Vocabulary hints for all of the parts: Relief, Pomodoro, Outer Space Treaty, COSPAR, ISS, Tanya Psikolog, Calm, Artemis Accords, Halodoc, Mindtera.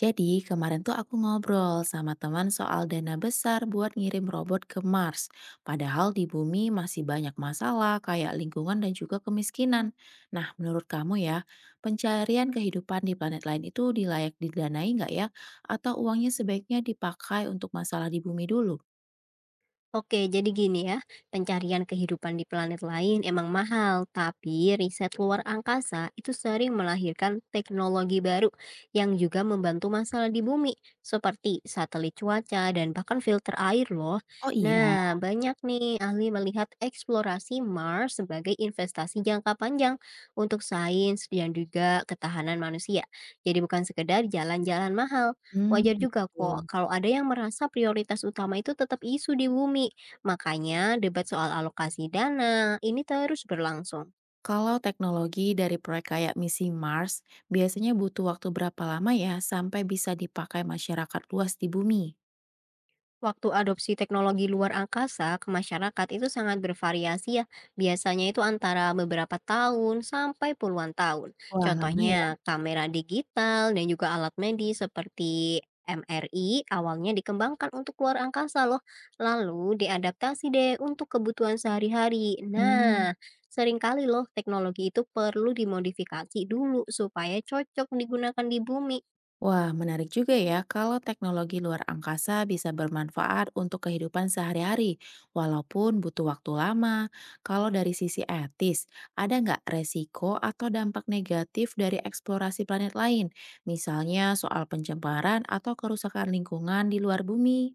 Jadi kemarin tuh aku ngobrol sama teman soal dana besar buat ngirim robot ke Mars. Padahal di bumi masih banyak masalah kayak lingkungan dan juga kemiskinan. Nah menurut kamu ya, pencarian kehidupan di planet lain itu dilayak didanai nggak ya? Atau uangnya sebaiknya dipakai untuk masalah di bumi dulu? Oke, jadi gini ya, pencarian kehidupan di planet lain emang mahal, tapi riset luar angkasa itu sering melahirkan teknologi baru yang juga membantu masalah di bumi, seperti satelit cuaca dan bahkan filter air loh. Oh iya. Nah, banyak nih ahli melihat eksplorasi Mars sebagai investasi jangka panjang untuk sains dan juga ketahanan manusia. Jadi bukan sekedar jalan-jalan mahal. Hmm, Wajar juga kok begitu. kalau ada yang merasa prioritas utama itu tetap isu di bumi. Makanya debat soal alokasi dana ini terus berlangsung. Kalau teknologi dari proyek kayak misi Mars, biasanya butuh waktu berapa lama ya sampai bisa dipakai masyarakat luas di bumi? Waktu adopsi teknologi luar angkasa ke masyarakat itu sangat bervariasi ya. Biasanya itu antara beberapa tahun sampai puluhan tahun. Wah, lama. Contohnya kamera digital dan juga alat medis seperti MRI awalnya dikembangkan untuk luar angkasa loh. Lalu diadaptasi deh untuk kebutuhan sehari-hari. Hmm, Nah, seringkali loh teknologi itu perlu dimodifikasi dulu supaya cocok digunakan di bumi. Wah, menarik juga ya kalau teknologi luar angkasa bisa bermanfaat untuk kehidupan sehari-hari, walaupun butuh waktu lama. Kalau dari sisi etis, ada nggak resiko atau dampak negatif dari eksplorasi planet lain? Misalnya soal pencemaran atau kerusakan lingkungan di luar bumi?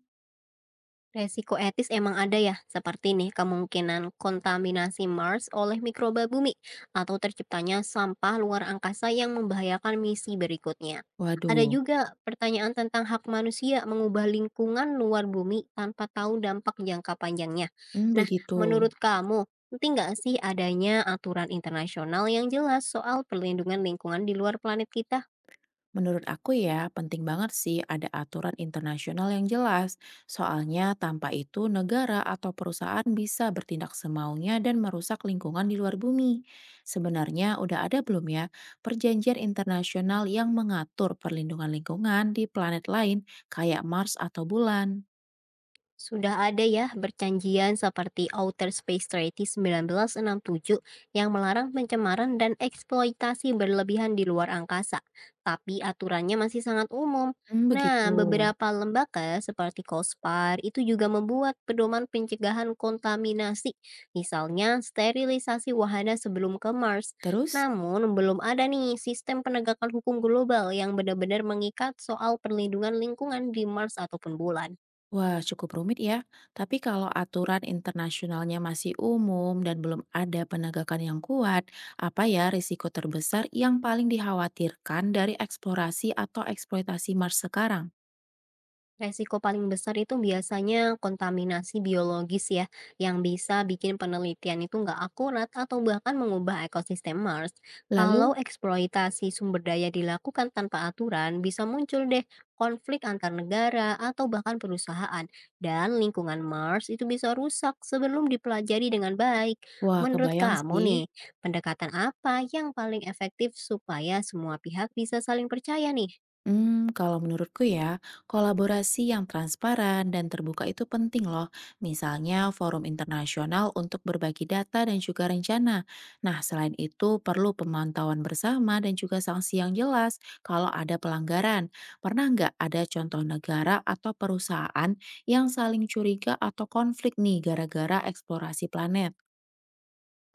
Resiko etis emang ada ya, seperti nih kemungkinan kontaminasi Mars oleh mikroba bumi atau terciptanya sampah luar angkasa yang membahayakan misi berikutnya. Ada Waduh, juga pertanyaan tentang hak manusia mengubah lingkungan luar bumi tanpa tahu dampak jangka panjangnya. hmm, Nah, begitu. menurut kamu, penting nggak sih adanya aturan internasional yang jelas soal perlindungan lingkungan di luar planet kita? Menurut aku ya, penting banget sih ada aturan internasional yang jelas. Soalnya tanpa itu negara atau perusahaan bisa bertindak semaunya dan merusak lingkungan di luar bumi. Sebenarnya udah ada belum ya perjanjian internasional yang mengatur perlindungan lingkungan di planet lain kayak Mars atau bulan? Sudah ada ya perjanjian seperti Outer Space Treaty 1967 yang melarang pencemaran dan eksploitasi berlebihan di luar angkasa, tapi aturannya masih sangat umum. Hmm, Nah, begitu. beberapa lembaga seperti COSPAR itu juga membuat pedoman pencegahan kontaminasi, misalnya sterilisasi wahana sebelum ke Mars. Terus? Namun, belum ada nih sistem penegakan hukum global yang benar-benar mengikat soal perlindungan lingkungan di Mars ataupun bulan. Wah, cukup rumit ya. Tapi kalau aturan internasionalnya masih umum dan belum ada penegakan yang kuat, apa ya risiko terbesar yang paling dikhawatirkan dari eksplorasi atau eksploitasi Mars sekarang? Resiko paling besar itu biasanya kontaminasi biologis ya, yang bisa bikin penelitian itu nggak akurat atau bahkan mengubah ekosistem Mars. Lalu, Kalau eksploitasi sumber daya dilakukan tanpa aturan, bisa muncul deh konflik antar negara atau bahkan perusahaan. Dan lingkungan Mars itu bisa rusak sebelum dipelajari dengan baik. wah Menurut kebayang kamu sih. nih, pendekatan apa yang paling efektif supaya semua pihak bisa saling percaya nih? Hmm, kalau menurutku ya, kolaborasi yang transparan dan terbuka itu penting loh. Misalnya forum internasional untuk berbagi data dan juga rencana. Nah, selain itu perlu pemantauan bersama dan juga sanksi yang jelas kalau ada pelanggaran. Pernah nggak ada contoh negara atau perusahaan yang saling curiga atau konflik nih gara-gara eksplorasi planet?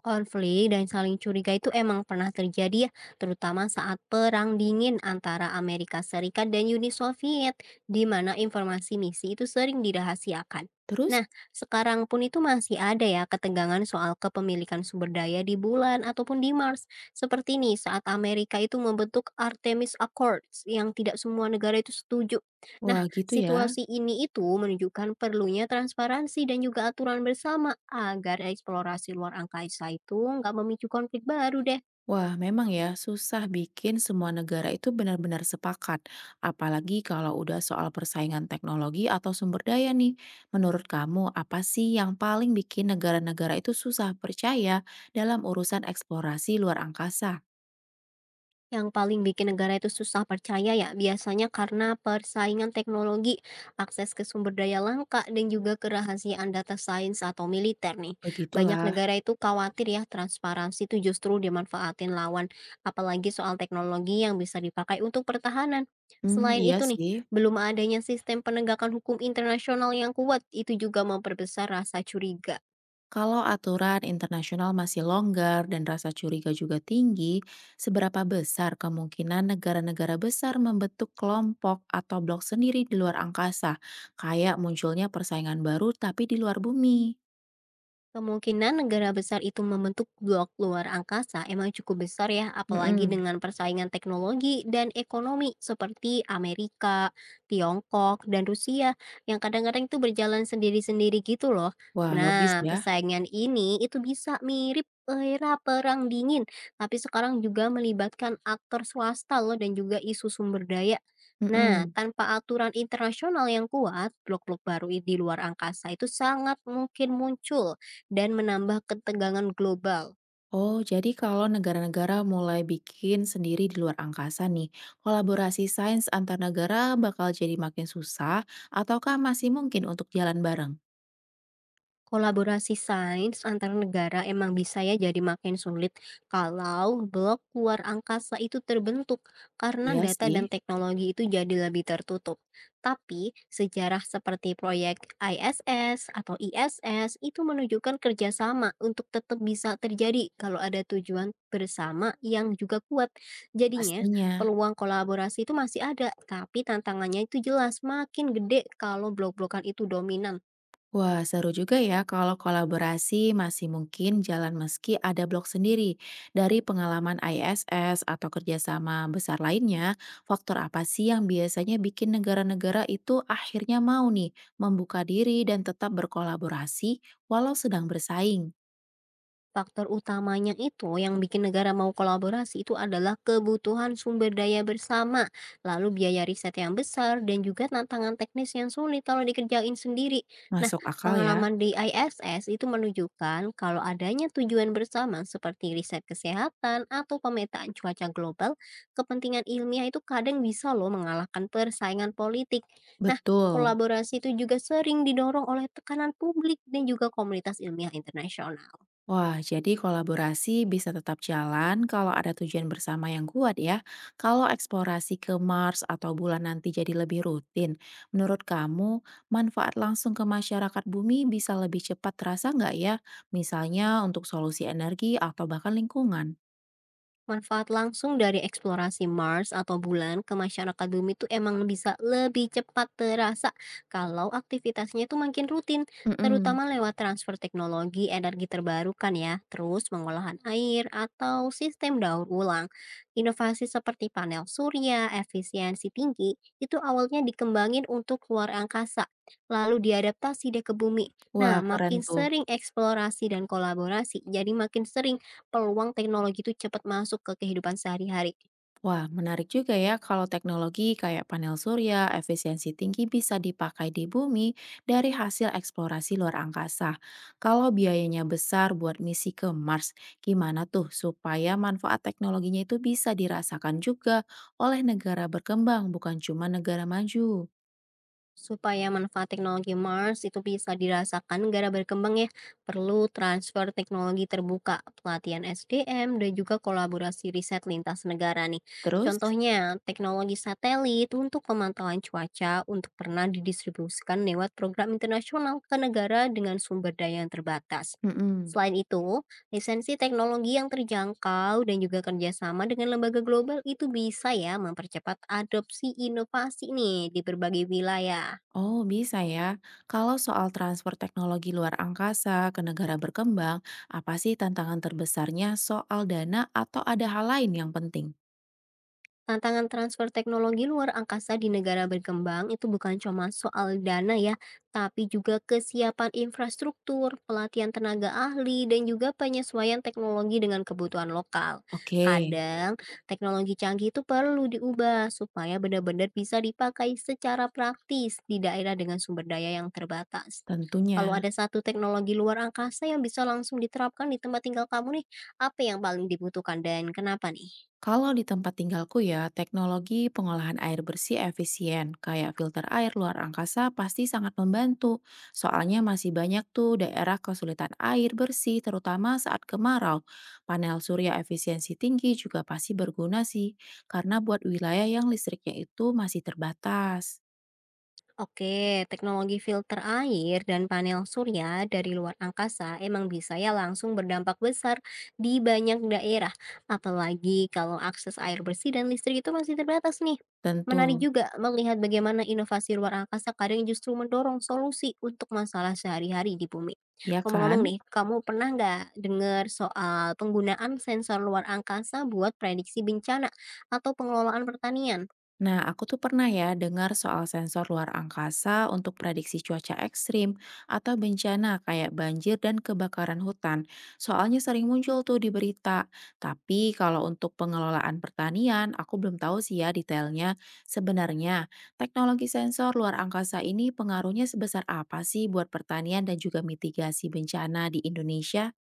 Konflik dan saling curiga itu emang pernah terjadi ya, terutama saat Perang Dingin antara Amerika Serikat dan Uni Soviet, di mana informasi misi itu sering dirahasiakan. Terus, Nah, sekarang pun itu masih ada ya ketegangan soal kepemilikan sumber daya di bulan ataupun di Mars. Seperti nih saat Amerika itu membentuk Artemis Accords yang tidak semua negara itu setuju. Nah, wah gitu ya. situasi ini itu menunjukkan perlunya transparansi dan juga aturan bersama agar eksplorasi luar angkasa itu nggak memicu konflik baru deh. Wah, memang ya, susah bikin semua negara itu benar-benar sepakat, apalagi kalau udah soal persaingan teknologi atau sumber daya nih. Menurut kamu, apa sih yang paling bikin negara-negara itu susah percaya dalam urusan eksplorasi luar angkasa? Yang paling bikin negara itu susah percaya ya, biasanya karena persaingan teknologi, akses ke sumber daya langka, dan juga kerahasiaan data sains atau militer nih. Banyak Begitulah. negara itu khawatir ya, transparansi itu justru dimanfaatin lawan, apalagi soal teknologi yang bisa dipakai untuk pertahanan. Hmm, Selain iya itu nih, sih. belum adanya sistem penegakan hukum internasional yang kuat, itu juga memperbesar rasa curiga. Kalau aturan internasional masih longgar dan rasa curiga juga tinggi, seberapa besar kemungkinan negara-negara besar membentuk kelompok atau blok sendiri di luar angkasa, kayak munculnya persaingan baru tapi di luar bumi? Kemungkinan negara besar itu membentuk blok luar angkasa emang cukup besar ya, apalagi Mm-mm. dengan persaingan teknologi dan ekonomi seperti Amerika, Tiongkok, dan Rusia yang kadang-kadang itu berjalan sendiri-sendiri gitu loh. Wah, logis Nah, ya. persaingan ini itu bisa mirip era perang dingin, tapi sekarang juga melibatkan aktor swasta loh dan juga isu sumber daya. Nah, Mm-mm. tanpa aturan internasional yang kuat, blok-blok baru di luar angkasa itu sangat mungkin muncul dan menambah ketegangan global. Oh, jadi kalau negara-negara mulai bikin sendiri di luar angkasa nih, kolaborasi sains antar negara bakal jadi makin susah, ataukah masih mungkin untuk jalan bareng? Kolaborasi sains antar negara emang bisa ya jadi makin sulit kalau blok luar angkasa itu terbentuk karena Iya data sih, dan teknologi itu jadi lebih tertutup. Tapi sejarah seperti proyek ISS itu menunjukkan kerjasama untuk tetap bisa terjadi kalau ada tujuan bersama yang juga kuat. Jadinya pastinya. peluang kolaborasi itu masih ada, tapi tantangannya itu jelas makin gede kalau blok-blokan itu dominan. Wah, seru juga ya kalau kolaborasi masih mungkin jalan meski ada blog sendiri. Dari pengalaman ISS atau kerjasama besar lainnya, faktor apa sih yang biasanya bikin negara-negara itu akhirnya mau nih membuka diri dan tetap berkolaborasi walau sedang bersaing? Faktor utamanya itu yang bikin negara mau kolaborasi itu adalah kebutuhan sumber daya bersama, lalu biaya riset yang besar, dan juga tantangan teknis yang sulit kalau dikerjain sendiri. Nah, Masuk akal ya. pengalaman di ISS itu menunjukkan kalau adanya tujuan bersama seperti riset kesehatan atau pemetaan cuaca global, kepentingan ilmiah itu kadang bisa loh mengalahkan persaingan politik. Nah, Betul. kolaborasi itu juga sering didorong oleh tekanan publik dan juga komunitas ilmiah internasional. Wah, jadi kolaborasi bisa tetap jalan kalau ada tujuan bersama yang kuat ya. Kalau eksplorasi ke Mars atau bulan nanti jadi lebih rutin, menurut kamu manfaat langsung ke masyarakat bumi bisa lebih cepat terasa nggak ya? Misalnya untuk solusi energi atau bahkan lingkungan. Manfaat langsung dari eksplorasi Mars atau bulan ke masyarakat bumi itu emang bisa lebih cepat terasa kalau aktivitasnya itu makin rutin, Mm-mm. terutama lewat transfer teknologi energi terbarukan ya, terus pengolahan air atau sistem daur ulang. Inovasi seperti panel surya, efisiensi tinggi, itu awalnya dikembangin untuk luar angkasa, lalu diadaptasi deh ke bumi. Wah, Nah, keren makin tuh. sering eksplorasi dan kolaborasi, jadi makin sering peluang teknologi itu cepat masuk ke kehidupan sehari-hari. Wah, menarik juga ya kalau teknologi kayak panel surya, efisiensi tinggi bisa dipakai di bumi dari hasil eksplorasi luar angkasa. Kalau biayanya besar buat misi ke Mars, gimana tuh supaya manfaat teknologinya itu bisa dirasakan juga oleh negara berkembang, bukan cuma negara maju? Supaya manfaat teknologi Mars itu bisa dirasakan negara berkembang ya, perlu transfer teknologi terbuka, pelatihan SDM, dan juga kolaborasi riset lintas negara nih. Terus? Contohnya, teknologi satelit untuk pemantauan cuaca untuk pernah didistribusikan lewat program internasional ke negara dengan sumber daya yang terbatas. Mm-mm. Selain itu, lisensi teknologi yang terjangkau dan juga kerjasama dengan lembaga global itu bisa ya mempercepat adopsi inovasi nih di berbagai wilayah. Oh, bisa ya. Kalau soal transfer teknologi luar angkasa ke negara berkembang, apa sih tantangan terbesarnya soal dana atau ada hal lain yang penting? Tantangan transfer teknologi luar angkasa di negara berkembang itu bukan cuma soal dana ya, tapi juga kesiapan infrastruktur, pelatihan tenaga ahli, dan juga penyesuaian teknologi dengan kebutuhan lokal. Oke, Kadang, teknologi canggih itu perlu diubah supaya benar-benar bisa dipakai secara praktis di daerah dengan sumber daya yang terbatas. Kalau tentunya. ada satu teknologi luar angkasa yang bisa langsung diterapkan di tempat tinggal kamu nih, apa yang paling dibutuhkan dan kenapa nih? Kalau di tempat tinggalku ya, teknologi pengolahan air bersih efisien, kayak filter air luar angkasa pasti sangat membantu. Soalnya masih banyak tuh daerah kesulitan air bersih, terutama saat kemarau. Panel surya efisiensi tinggi juga pasti berguna sih, karena buat wilayah yang listriknya itu masih terbatas. Oke, teknologi filter air dan panel surya dari luar angkasa emang bisa ya langsung berdampak besar di banyak daerah. Apalagi kalau akses air bersih dan listrik itu masih terbatas nih. Tentu, Menarik juga melihat bagaimana inovasi luar angkasa kadang justru mendorong solusi untuk masalah sehari-hari di bumi. ya Ngomong-ngomong kan? nih, kamu pernah nggak dengar soal penggunaan sensor luar angkasa buat prediksi bencana atau pengelolaan pertanian? Nah, aku tuh pernah ya dengar soal sensor luar angkasa untuk prediksi cuaca ekstrim atau bencana kayak banjir dan kebakaran hutan. Soalnya sering muncul tuh di berita. Tapi kalau untuk pengelolaan pertanian, aku belum tahu sih ya detailnya. Sebenarnya, teknologi sensor luar angkasa ini pengaruhnya sebesar apa sih buat pertanian dan juga mitigasi bencana di Indonesia?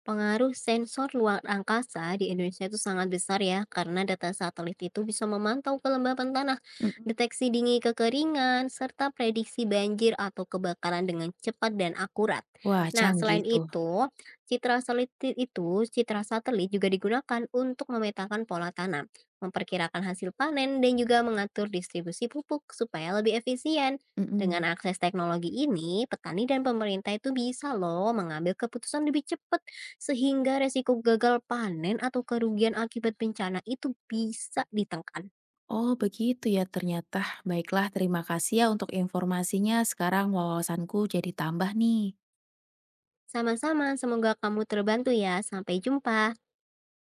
Pengaruh sensor luar angkasa di Indonesia itu sangat besar ya, karena data satelit itu bisa memantau kelembapan tanah, Mm-mm. deteksi dingin kekeringan, serta prediksi banjir atau kebakaran dengan cepat dan akurat. Wah, Nah, canggih selain tuh. itu, citra satelit citra satelit juga digunakan untuk memetakan pola tanam, memperkirakan hasil panen, dan juga mengatur distribusi pupuk supaya lebih efisien. Mm-mm. Dengan akses teknologi ini, petani dan pemerintah itu bisa loh mengambil keputusan lebih cepat sehingga resiko gagal panen atau kerugian akibat bencana itu bisa ditekan. Oh, begitu ya ternyata. Baiklah, terima kasih ya untuk informasinya. Sekarang wawasanku jadi tambah nih. Sama-sama, semoga kamu terbantu ya. Sampai jumpa.